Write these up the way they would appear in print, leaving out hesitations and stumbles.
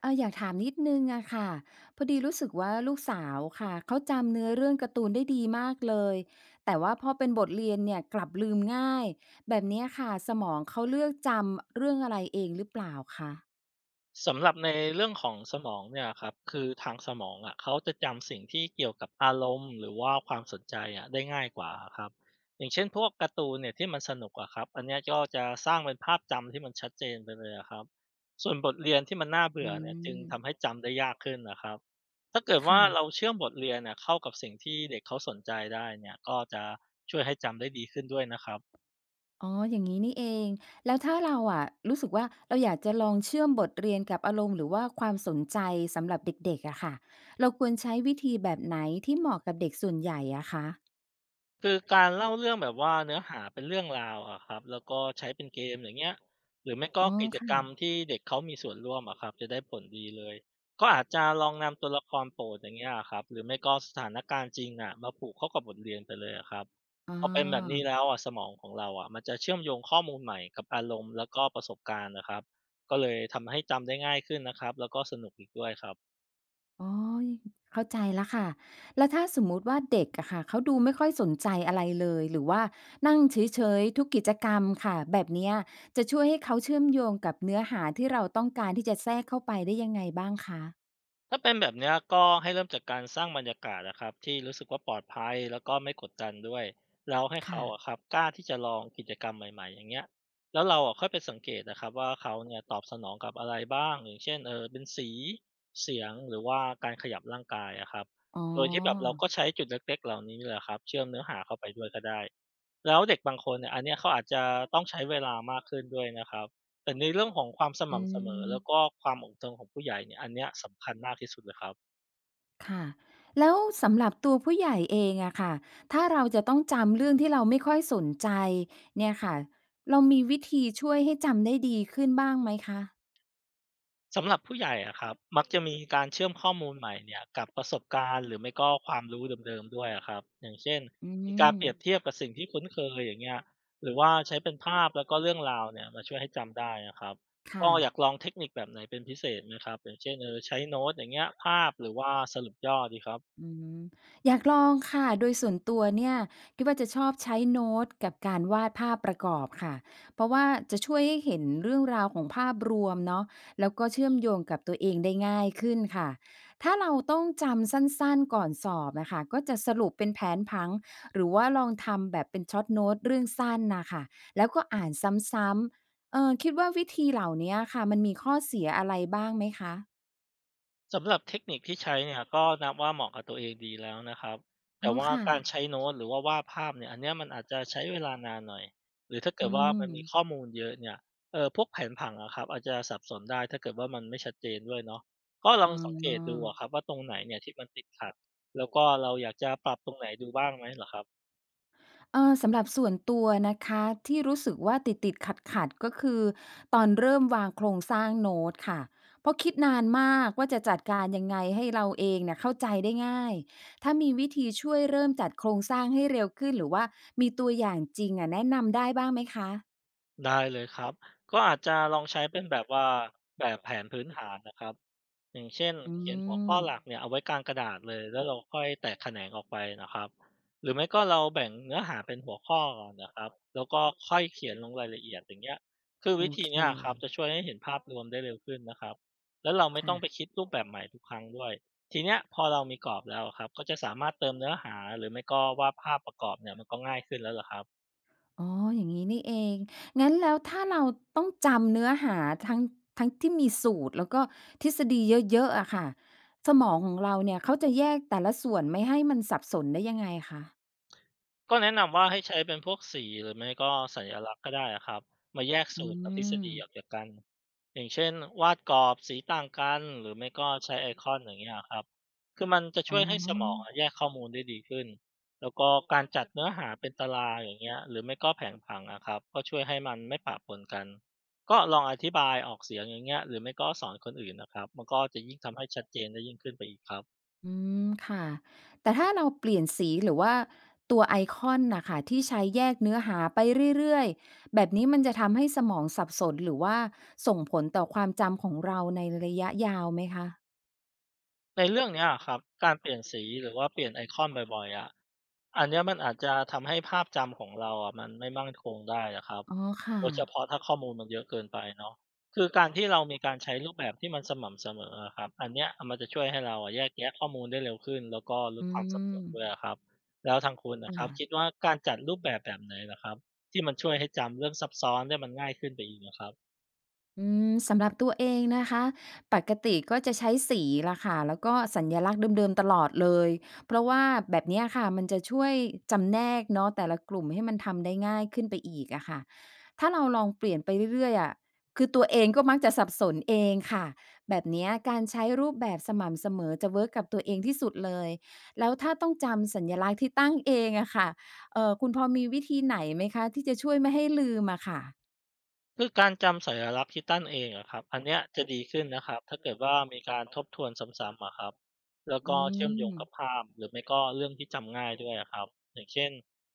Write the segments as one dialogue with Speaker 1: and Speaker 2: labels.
Speaker 1: อยากถามนิดนึงอะค่ะพอดีรู้สึกว่าลูกสาวค่ะเขาจำเนื้อเรื่องการ์ตูนได้ดีมากเลยแต่ว่าพอเป็นบทเรียนเนี่ยกลับลืมง่ายแบบเนี้ยค่ะสมองเขาเลือกจำเรื่องอะไรเองหรือเปล่าคะ
Speaker 2: สำหรับในเรื่องของสมองเนี่ยครับคือทางสมองอะเขาจะจำสิ่งที่เกี่ยวกับอารมณ์หรือว่าความสนใจอะได้ง่ายกว่าครับอย่างเช่นพวกการ์ตูนเนี่ยที่มันสนุกอะครับอันเนี้ยก็จะสร้างเป็นภาพจำที่มันชัดเจนไปเลยอะครับส่วนบทเรียนที่มันน่า
Speaker 1: อื
Speaker 2: เบื่อเนี่ยจึงทำ
Speaker 1: ม
Speaker 2: ให้จำได้ยากขึ้นนะครับถ้าเกิดว่าเรา
Speaker 1: ค่ะ
Speaker 2: เชื่อมบทเรียนเนี่ยเข้ากับสิ่งที่เด็กเขาสนใจได้เนี่ยก็จะช่วยให้จำได้ดีขึ้นด้วยนะครับ
Speaker 1: อ๋ออย่างนี้นี่เองแล้วถ้าเราอะรู้สึกว่าเราอยากจะลองเชื่อมบทเรียนกับอารมณ์หรือว่าความสนใจสำหรับเด็กๆอะค่ะเราควรใช้วิธีแบบไหนที่เหมาะกับเด็กส่วนใหญ่อะคะ
Speaker 2: คือการเล่าเรื่องแบบว่าเนื้อหาเป็นเรื่องราวอะครับแล้วก็ใช้เป็นเกมอย่างเงี้ยหรือไม่ก็
Speaker 1: อ๋อ
Speaker 2: กิจกรรม
Speaker 1: ค่ะ
Speaker 2: ที่เด็กเขามีส่วนร่วมอะครับจะได้ผลดีเลยก็อาจจะลองนำตัวละครโปรดอย่างเงี้ยครับหรือไม่ก็สถานการณ์จริงอะมาผูกเข้ากับบทเรียนไปเลยอะครับ
Speaker 1: อ๋อ
Speaker 2: พอเป็นแบบนี้แล้วอะสมองของเราอะมันจะเชื่อมโยงข้อมูลใหม่กับอารมณ์แล้วก็ประสบการณ์นะครับก็เลยทำให้จำได้ง่ายขึ้นนะครับแล้วก็สนุกอีกด้วยครับ
Speaker 1: อ๋อเข้าใจแล้วค่ะแล้วถ้าสมมุติว่าเด็กอะค่ะเขาดูไม่ค่อยสนใจอะไรเลยหรือว่านั่งเฉยๆทุกกิจกรรมค่ะแบบเนี้ยจะช่วยให้เขาเชื่อมโยงกับเนื้อหาที่เราต้องการที่จะแทรกเข้าไปได้ยังไงบ้างคะ
Speaker 2: ถ้าเป็นแบบเนี้ยก็ให้เริ่มจากการสร้างบรรยากาศนะครับที่รู้สึกว่าปลอดภัยแล้วก็ไม่กดดันด้วยแล้วให้เขาอะค
Speaker 1: ค่ะ
Speaker 2: รับกล้าที่จะลองกิจกรรมใหม่ๆอย่างเงี้ยแล้วเราอะค่อยไปสังเกตนะครับว่าเขาเนี่ยตอบสนองกับอะไรบ้างอย่างเช่นเป็นสีเสียงหรือว่าการขยับร่างกายอะครับ
Speaker 1: อ๋อ
Speaker 2: โดอยที่แบบเราก็ใช้จุดเล็กๆเหล่านี้นี่แหละครับเชื่อมเนื้อหาเข้าไปด้วยก็ได้แล้วเด็กบางคนเนี่ยอันเนี้ยเขาอาจจะต้องใช้เวลามากขึ้นด้วยนะครับ แต่ในเรื่องของความส
Speaker 1: อื
Speaker 2: ม่ำเสมอแล้วก็
Speaker 1: ม
Speaker 2: ความอดทนของผู้ใหญ่เนี่ยอันเนี้ยสำคัญมากที่สุดเลยครับ
Speaker 1: ค่ะแล้วสำหรับตัวผู้ใหญ่เองอะค่ะถ้าเราจะต้องจำเรื่องที่เราไม่ค่อยสนใจเนี่ยค่ะเรามีวิธีช่วยให้จำได้ดีขึ้นบ้างไหมคะ
Speaker 2: สำหรับผู้ใหญ่อะครับมักจะมีการเชื่อมข้อมูลใหม่เนี่ยกับประสบการณ์หรือไม่ก็ความรู้เดิมๆด้วยอะครับอย่างเช่น
Speaker 1: อื
Speaker 2: มีการ
Speaker 1: ม
Speaker 2: เปรียบเทียบกับสิ่งที่คุ้นเคยอย่างเงี้ยหรือว่าใช้เป็นภาพแล้วก็เรื่องราวเนี่ยมาช่วยให้จำได้อะครับ
Speaker 1: ค่ะ
Speaker 2: ก็อยากลองเทคนิคแบบไหนเป็นพิเศษไหมครับอย่างเช่นใช้โน้ตอย่างเงี้ยภาพหรือว่าสรุปย่อดีครับ
Speaker 1: อืมอยากลองค่ะโดยส่วนตัวเนี่ยคิดว่าจะชอบใช้โน้ตกับการวาดภาพประกอบค่ะเพราะว่าจะช่วยให้เห็นเรื่องราวของภาพรวมเนาะแล้วก็เชื่อมโยงกับตัวเองได้ง่ายขึ้นค่ะถ้าเราต้องจำสั้นๆก่อนสอบนะคะก็จะสรุปเป็นแผนผังหรือว่าลองทำแบบเป็นช็อตโน้ตเรื่องสั้นน่ะค่ะแล้วก็อ่านซ้ำๆคิดว่าวิธีเหล่านี้ค่ะมันมีข้อเสียอะไรบ้างไหมคะ
Speaker 2: สำหรับเทคนิคที่ใช้เนี่ยก็นับว่าเหมาะกับตัวเองดีแล้วนะครับ
Speaker 1: อ๋
Speaker 2: แต่
Speaker 1: อ
Speaker 2: ว่า
Speaker 1: ค่ะ
Speaker 2: การใช้โน้ตหรือว่าวาดภาพเนี่ยอันเนี้ยมันอาจจะใช้เวลานานหน่อยหรือถ้าเกิ
Speaker 1: อื
Speaker 2: ดว่ามันมีข้อ
Speaker 1: ม
Speaker 2: มูลเยอะเนี่ยพวกแผนผังอะครับอาจจะสับสนได้ถ้าเกิดว่ามันไม่ชัดเจนด้วยเนาะก็ลอ
Speaker 1: อ๋
Speaker 2: งสังเกตดู
Speaker 1: อ
Speaker 2: อะครับว่าตรงไหนเนี่ยที่มันติดขัดแล้วก็เราอยากจะปรับตรงไหนดูบ้างไหมเหรอครับ
Speaker 1: สำหรับส่วนตัวนะคะที่รู้สึกว่าติดๆขัดๆก็คือตอนเริ่มวางโครงสร้างโน้ตค่ะเพราะคิดนานมากว่าจะจัดการยังไงให้เราเองเนี่ยเข้าใจได้ง่ายถ้ามีวิธีช่วยเริ่มจัดโครงสร้างให้เร็วขึ้นหรือว่ามีตัวอย่างจริงอะแนะนำได้บ้างไหมคะ
Speaker 2: ได้เลยครับ ก็อาจจะลองใช้เป็นแบบว่าแบบแผนพื้นฐานนะครับอย่างเช่น
Speaker 1: อื
Speaker 2: เขียนหัวข้
Speaker 1: ม
Speaker 2: อหลักเนี่ยเอาไว้กลางกระดาษเลยแล้วเราค่อยแตกแขนงออกไปนะครับหรือไม่ก็เราแบ่งเนื้อหาเป็นหัวข้อก่อนนะครับแล้วก็ค่อยเขียนลงรายละเอียดอย่างเงี้ยคือ
Speaker 1: โอ
Speaker 2: วิธี
Speaker 1: เค
Speaker 2: เนี้ยครับจะช่วยให้เห็นภาพรวมได้เร็วขึ้นนะครับแล้วเราไม่ต้
Speaker 1: ค่ะ
Speaker 2: องไปคิดรูปแบบใหม่ทุกครั้งด้วยทีเนี้ยพอเรามีกรอบแล้วครับก็จะสามารถเติมเนื้อหาหรือไม่ก็วาดภาพประกอบเนี่ยมันก็ง่ายขึ้นแล้วล่ะครับ
Speaker 1: อ๋ออย่างนี้นี่เองงั้นแล้วถ้าเราต้องจำเนื้อหาทั้งทั้งที่มีสูตรแล้วก็ทฤษฎีเยอะๆอะค่ะสมองของเราเนี่ยเขาจะแยกแต่ละส่วนไม่ให้มันสับสนได้ยังไงคะ
Speaker 2: ก็แนะนำว่าให้ใช้เป็นพวกสีหรือไม่ก็สัญลักษณ์ก็ได้อะครับมาแยก
Speaker 1: อื
Speaker 2: สูตรกับทฤษ
Speaker 1: ม
Speaker 2: ฎีออกจากกันอย่างเช่นวาดกรอบสีต่างกันหรือไม่ก็ใช้ไอคอนอย่างเงี้ยครับคือมันจะ
Speaker 1: อ๋
Speaker 2: ช่วยให้สมอง
Speaker 1: อ
Speaker 2: อะแยกข้อมูลได้ดีขึ้นแล้วก็การจัดเนื้อหาเป็นตารางอย่างเงี้ยหรือไม่ก็แผนผังอะครับก็ช่วยให้มันไม่ปะปนกันก็ลองอธิบายออกเสียงอย่างเงี้ยหรือไม่ก็สอนคนอื่นนะครับมันก็จะยิ่งทำให้ชัดเจนได้ยิ่งขึ้นไปอีกครับ
Speaker 1: อืมค่ะแต่ถ้าเราเปลี่ยนสีหรือว่าตัวไอคอนน่ะค่ะที่ใช้แยกเนื้อหาไปเรื่อยๆแบบนี้มันจะทำให้สมองสับสนหรือว่าส่งผลต่อความจำของเราในระยะยาวไหมคะ
Speaker 2: ในเรื่องเนี้ยครับการเปลี่ยนสีหรือว่าเปลี่ยนไอคอนบ่อยๆอะ อันเนี้ยมันอาจจะทำให้ภาพจำของเราอะมันไม่มั่นคงได้อะครับ
Speaker 1: อ๋อค่ะ
Speaker 2: โดยเฉพาะถ้าข้อมูลมันเยอะเกินไปเนาะคือการที่เรามีการใช้รูปแบบที่มันสม่ำเสมออะครับอันเนี้ยมันจะช่วยให้เราอะแยกแยะข้อมูลได้เร็วขึ้นแล้วก็ล
Speaker 1: อื
Speaker 2: ดความสับสนด้วย
Speaker 1: ม
Speaker 2: อะครับแล้วทางคุณนะ
Speaker 1: อา
Speaker 2: ครับคิดว่าการจัดรูปแบบแบบไหนเหรอครับที่มันช่วยให้จำเรื่องซับซ้อนได้มันง่ายขึ้นไปอีกนะครับ
Speaker 1: สำหรับตัวเองนะคะปกติก็จะใช้สีล่ะค่ะแล้วก็สัญลักษณ์เดิมๆตลอดเลยเพราะว่าแบบเนี้ยค่ะมันจะช่วยจำแนกเนาะแต่ละกลุ่มให้มันทำได้ง่ายขึ้นไปอีกอะค่ะถ้าเราลองเปลี่ยนไปเรื่อยๆอะคือตัวเองก็มักจะสับสนเองค่ะแบบเนี้ยการใช้รูปแบบสม่ำเสมอจะเวิร์กกับตัวเองที่สุดเลยแล้วถ้าต้องจำสัญลักษณ์ที่ตั้งเองอะค่ะคุณพอมีวิธีไหนไหมคะที่จะช่วยไม่ให้ลืมอะค่ะ
Speaker 2: คือการจำสัญลักษณ์ที่ตั้นเองอะครับอันเนี้ยจะดีขึ้นนะครับถ้าเกิดว่ามีการทบทวนซ้ำๆอะครับแล้ว
Speaker 1: อื
Speaker 2: ก็เชื่อมโยงกับ
Speaker 1: ม
Speaker 2: ภาพหรือไม่ก็เรื่องที่จำง่ายด้วยอะครับอย่างเช่น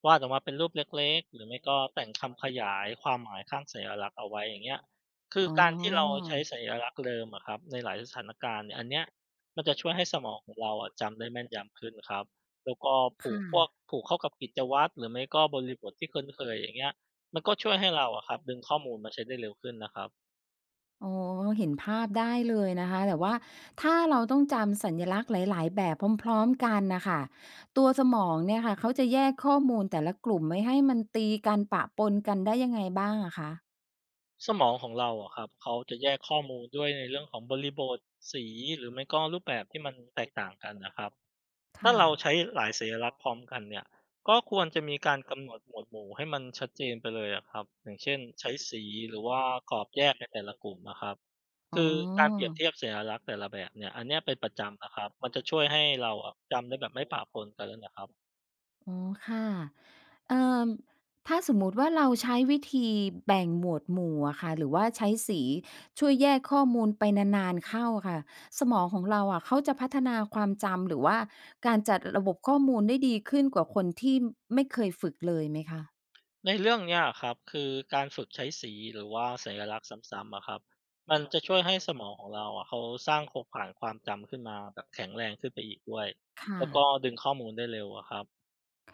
Speaker 2: วาดออกมาเป็นรูปเล็กๆหรือไม่ก็แต่งคำขยายความหมายข้างสัญลักษณ์เอาไว้อย่างเงี้ยคือ
Speaker 1: อ๋
Speaker 2: การที่เรา
Speaker 1: อ
Speaker 2: ใช้สัญลักษณ์เดิมอะครับในหลายสถานการณ์เนี่ยอันเนี้ยมันจะช่วยให้สมองของเราอะจำได้แม่นยำขึ้นครับแล้วก็ผูก
Speaker 1: ค่ะ
Speaker 2: พวกผูกเข้ากับกิจวัตรหรือไม่ก็บริบทที่คุ้นเคยอย่างเงี้ย มันก็ช่วยให้เราอะครับดึงข้อมูลมาใช้ได้เร็วขึ้นนะครับ
Speaker 1: อ๋อเห็นภาพได้เลยนะคะ แต่ว่าถ้าเราต้องจำสัญลักษณ์หลายๆแบบพร้อมๆกันน่ะค่ะตัวสมองเนี่ยค่ะ เขาจะแยกข้อมูลแต่ละกลุ่มไม่ให้มันตีกันปะปนกันได้ยังไงบ้างอะคะ
Speaker 2: สมองของเราอะครับเขาจะแยกข้อมูลด้วยในเรื่องของบริบทสีหรือไม่ก็รูปแบบที่มันแตกต่างกันนะครับ
Speaker 1: ค
Speaker 2: ถ้าเราใช้
Speaker 1: ่ะ
Speaker 2: หลายสัญลักษณ์พร้อมกันเนี่ยก็ควรจะมีการกำหนดหมวดหมู่ให้มันชัดเจนไปเลยอะครับอย่างเช่นใช้สีหรือว่ากรอบแยกในแต่ละกลุ่มนะครับ
Speaker 1: อ๋อ
Speaker 2: คือการเปรียบเทียบสัญลักษณ์แต่ละแบบเนี่ยอันเนี้ยเป็นประจำนะครับมันจะช่วยให้เราอะจำได้แบบไม่ปะปนกันแล้วนะครับ
Speaker 1: อ๋อค่ะเอ่อถ้าสมมุติว่าเราใช้วิธีแบ่งหมวดหมู่อะค่ะ หรือว่าใช้สีช่วยแยกข้อมูลไปนานๆเข้าอะค่ะ สมองของเราอะเขาจะพัฒนาความจำหรือว่าการจัดระบบข้อมูลได้ดีขึ้นกว่าคนที่ไม่เคยฝึกเลยไหมคะ
Speaker 2: ในเรื่องเนี้ยครับคือการฝึกใช้สีหรือว่าสัญลักษณ์ซ้ำๆอะครับมันจะช่วยให้สมองของเราอะเขาสร้างโครงข่ายความจำขึ้นมาแบบแข็งแรงขึ้นไปอีกด้วย
Speaker 1: ค่ะ
Speaker 2: แล้วก็ดึงข้อมูลได้เร็วอะครับ
Speaker 1: ค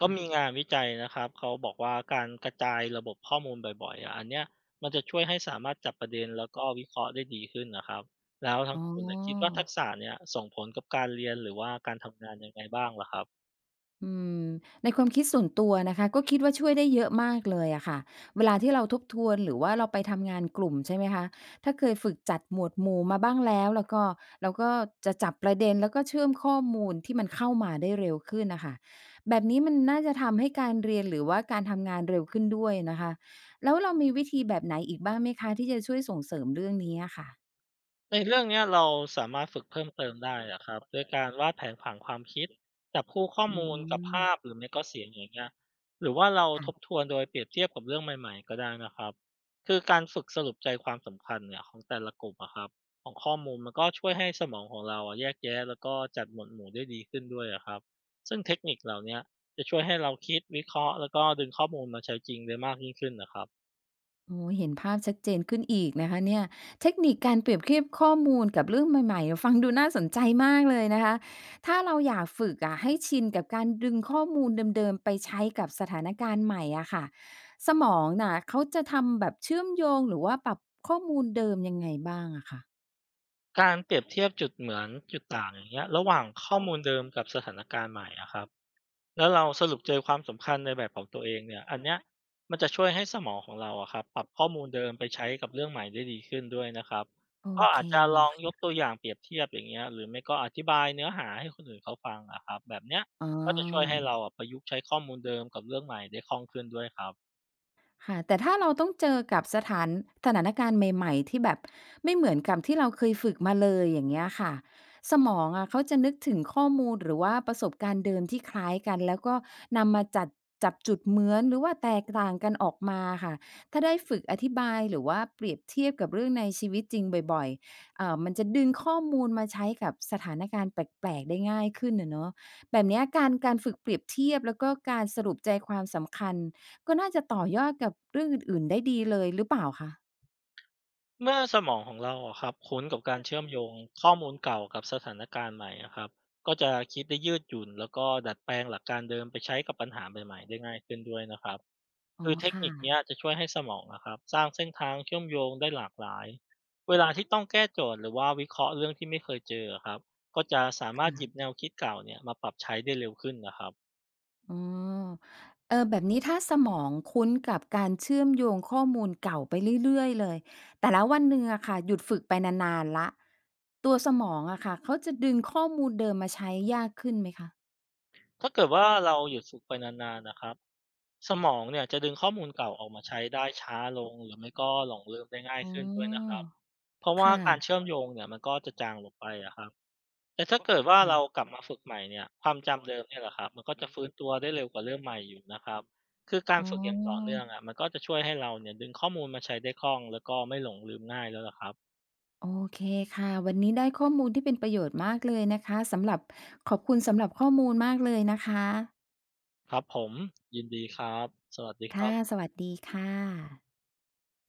Speaker 2: ก็มี
Speaker 1: ่ะ
Speaker 2: งานวิจัยนะครับเขาบอกว่าการกระจายระบบข้อมูลบ่อยๆอะอันเนี้ยมันจะช่วยให้สามารถจับประเด็นแล้วก็วิเคราะห์ได้ดีขึ้นนะครับแล้วทา
Speaker 1: อ๋
Speaker 2: ง
Speaker 1: อ
Speaker 2: คุณน่ะคิดว่าทักษะเนี้ยส่งผลกับการเรียนหรือว่าการทำงานยังไงบ้างล่ะครับ
Speaker 1: อืมในความคิดส่วนตัวนะคะก็คิดว่าช่วยได้เยอะมากเลยอะค่ะเวลาที่เราทบทวนหรือว่าเราไปทำงานกลุ่มใช่ไหมคะถ้าเคยฝึกจัดหมวดหมู่มาบ้างแล้วแล้วก็เราก็จะจับประเด็นแล้วก็เชื่อมข้อมูลที่มันเข้ามาได้เร็วขึ้นนะคะแบบนี้มันน่าจะทำให้การเรียนหรือว่าการทำงานเร็วขึ้นด้วยนะคะแล้วเรามีวิธีแบบไหนอีกบ้างไหมคะที่จะช่วยส่งเสริมเรื่องนี้อะค่ะ
Speaker 2: ในเรื่องเนี้ยเราสามารถฝึกเพิ่มเติมได้อะครับด้วยการวาดแผนผังความคิดจับคู่ข้อ
Speaker 1: อื
Speaker 2: มูลกับ
Speaker 1: ม
Speaker 2: ภาพหรือไม่ก็เสียงอย่างเงี้ยหรือว่าเรา
Speaker 1: ค่ะ
Speaker 2: ทบทวนโดยเปรียบเทียบกับเรื่องใหม่ๆก็ได้นะครับคือการฝึกสรุปใจความสำคัญเนี่ยของแต่ละกลุ่มอะครับของข้อมูลมันก็ช่วยให้สมองของเราอะแยกแยะแล้วก็จัดหมวดหมู่ได้ดีขึ้นด้วยอะครับซึ่งเทคนิคเหล่าเนี้ยจะช่วยให้เราคิดวิเคราะห์แล้วก็ดึงข้อมูลมาใช้จริงได้มากยิ่งขึ้นนะครับ
Speaker 1: โอ้โฮเห็นภาพชัดเจนขึ้นอีกนะคะเนี่ยเทคนิคการเปรียบเทียบข้อมูลกับเรื่องใหม่ๆฟังดูน่าสนใจมากเลยนะคะถ้าเราอยากฝึกอะให้ชินกับการดึงข้อมูลเดิมๆไปใช้กับสถานการณ์ใหม่อะค่ะสมองน่ะเขาจะทำแบบเชื่อมโยงหรือว่าปรับข้อมูลเดิมยังไงบ้างอะค่ะ
Speaker 2: การเปรียบเทียบจุดเหมือนจุดต่างอย่างเงี้ยระหว่างข้อมูลเดิมกับสถานการณ์ใหม่อะครับแล้วเราสรุปเจอความสำคัญในแบบของตัวเองเนี่ยอันเนี้ยมันจะช่วยให้สมองของเราอะครับปรับข้อมูลเดิมไปใช้กับเรื่องใหม่ได้ดีขึ้นด้วยนะครับ
Speaker 1: โอ
Speaker 2: ก็
Speaker 1: เค
Speaker 2: อาจจะ
Speaker 1: เล
Speaker 2: ล
Speaker 1: ย
Speaker 2: องยก
Speaker 1: ค่ะ
Speaker 2: ตัวอย่างเปรียบเทียบอย่างเงี้ยหรือไม่ก็อธิบายเนื้อหาให้คนอื่นเขาฟังอะครับแบบเนี้ย
Speaker 1: อ๋
Speaker 2: ก็จะช่วย
Speaker 1: อ
Speaker 2: ให้เราอะประยุกต์ใช้ข้อมูลเดิมกับเรื่องใหม่ได้คล่องขึ้นด้วยครับ
Speaker 1: ค่ะแต่ถ้าเราต้องเจอกับสถานการณ์ใหม่ๆที่แบบไม่เหมือนกับที่เราเคยฝึกมาเลยอย่างเงี้ยค่ะสมองอะเขาจะนึกถึงข้อมูลหรือว่าประสบการณ์เดิมที่คล้ายกันแล้วก็นำมาจัดจับจุดเหมือนหรือว่าแตกต่างกันออกมาค่ะถ้าได้ฝึกอธิบายหรือว่าเปรียบเทียบกับเรื่องในชีวิตจริงบ่อยๆมันจะดึงข้อมูลมาใช้กับสถานการณ์แปลกๆได้ง่ายขึ้นอะเนาะแบบเนี้ยการฝึกเปรียบเทียบแล้วก็การสรุปใจความสำคัญ ก็น่าจะต่อยอดกับเรื่องอื่นๆได้ดีเลยหรือเปล่าคะ
Speaker 2: เมื่อสมองของเราอะครับคุ้นกับการเชื่อมโยงข้อมูลเก่ากับสถานการณ์ใหม่อะครับก็จะคิดได้ยืดหยุ่นแล้วก็ดัดแปลงหลักการเดิมไปใช้กับปัญหาใหม่ๆได้ง่ายขึ้นด้วยนะครับ
Speaker 1: อ๋อ
Speaker 2: คือเทค
Speaker 1: ค่ะ
Speaker 2: นิคเนี้ยจะช่วยให้สมองนะครับสร้างเส้นทางเชื่อมโยงได้หลากหลายเวลาที่ต้องแก้โจทย์หรือว่าวิเคราะห์เรื่องที่ไม่เคยเจออะครับก็จะสามารถหยิบแนวคิดเก่าเนี่ยมาปรับใช้ได้เร็วขึ้นนะครับ
Speaker 1: อ๋อเออแบบนี้ถ้าสมองคุ้นกับการเชื่อมโยงข้อมูลเก่าไปเรื่อยๆเลยแต่แล้ววันหนึ่งอะค่ะหยุดฝึกไปนานๆแล้วตัวสมองอะค่ะเขาจะดึงข้อมูลเดิมมาใช้ยากขึ้นไหมคะ
Speaker 2: ถ้าเกิดว่าเราหยุดฝึกไปนานๆนะครับสมองเนี่ยจะดึงข้อมูลเก่าออกมาใช้ได้ช้าลงหรือไม่ก็หลงลืมได้ง่าย
Speaker 1: อ๋
Speaker 2: ขึ้นด้วยนะครั
Speaker 1: อ
Speaker 2: บเพราะว่าการ
Speaker 1: ค่ะ
Speaker 2: เชื่อมโยงเนี่ยมันก็จะจางลงไปอะครับแต่ถ้าเกิดว่าเรา
Speaker 1: ๆ
Speaker 2: กลับมาฝึกใหม่เนี่ยความจำเดิมเนี่ยแหละครับมันก็จะฟื้นตัวได้เร็วกว่าเริ่มใหม่อยู่นะครับคือการ
Speaker 1: อ๋
Speaker 2: ฝึกอย่างต่อ
Speaker 1: อ
Speaker 2: เนื่องอ่ะมันก็จะช่วยให้เราเนี่ยดึงข้อมูลมาใช้ได้คล่องแล้วก็ไม่หลงลืมง่ายแล้วล่ะครับ
Speaker 1: โอเคค่ะวันนี้ได้ข้อมูลที่เป็นประโยชน์มากเลยนะคะสำหรับขอบคุณสำหรับข้อมูลมากเลยนะคะ
Speaker 2: ครับผมยินดีครับสวัสดีครั
Speaker 1: ค่ะ
Speaker 2: บ
Speaker 1: สวัสดีค่ะ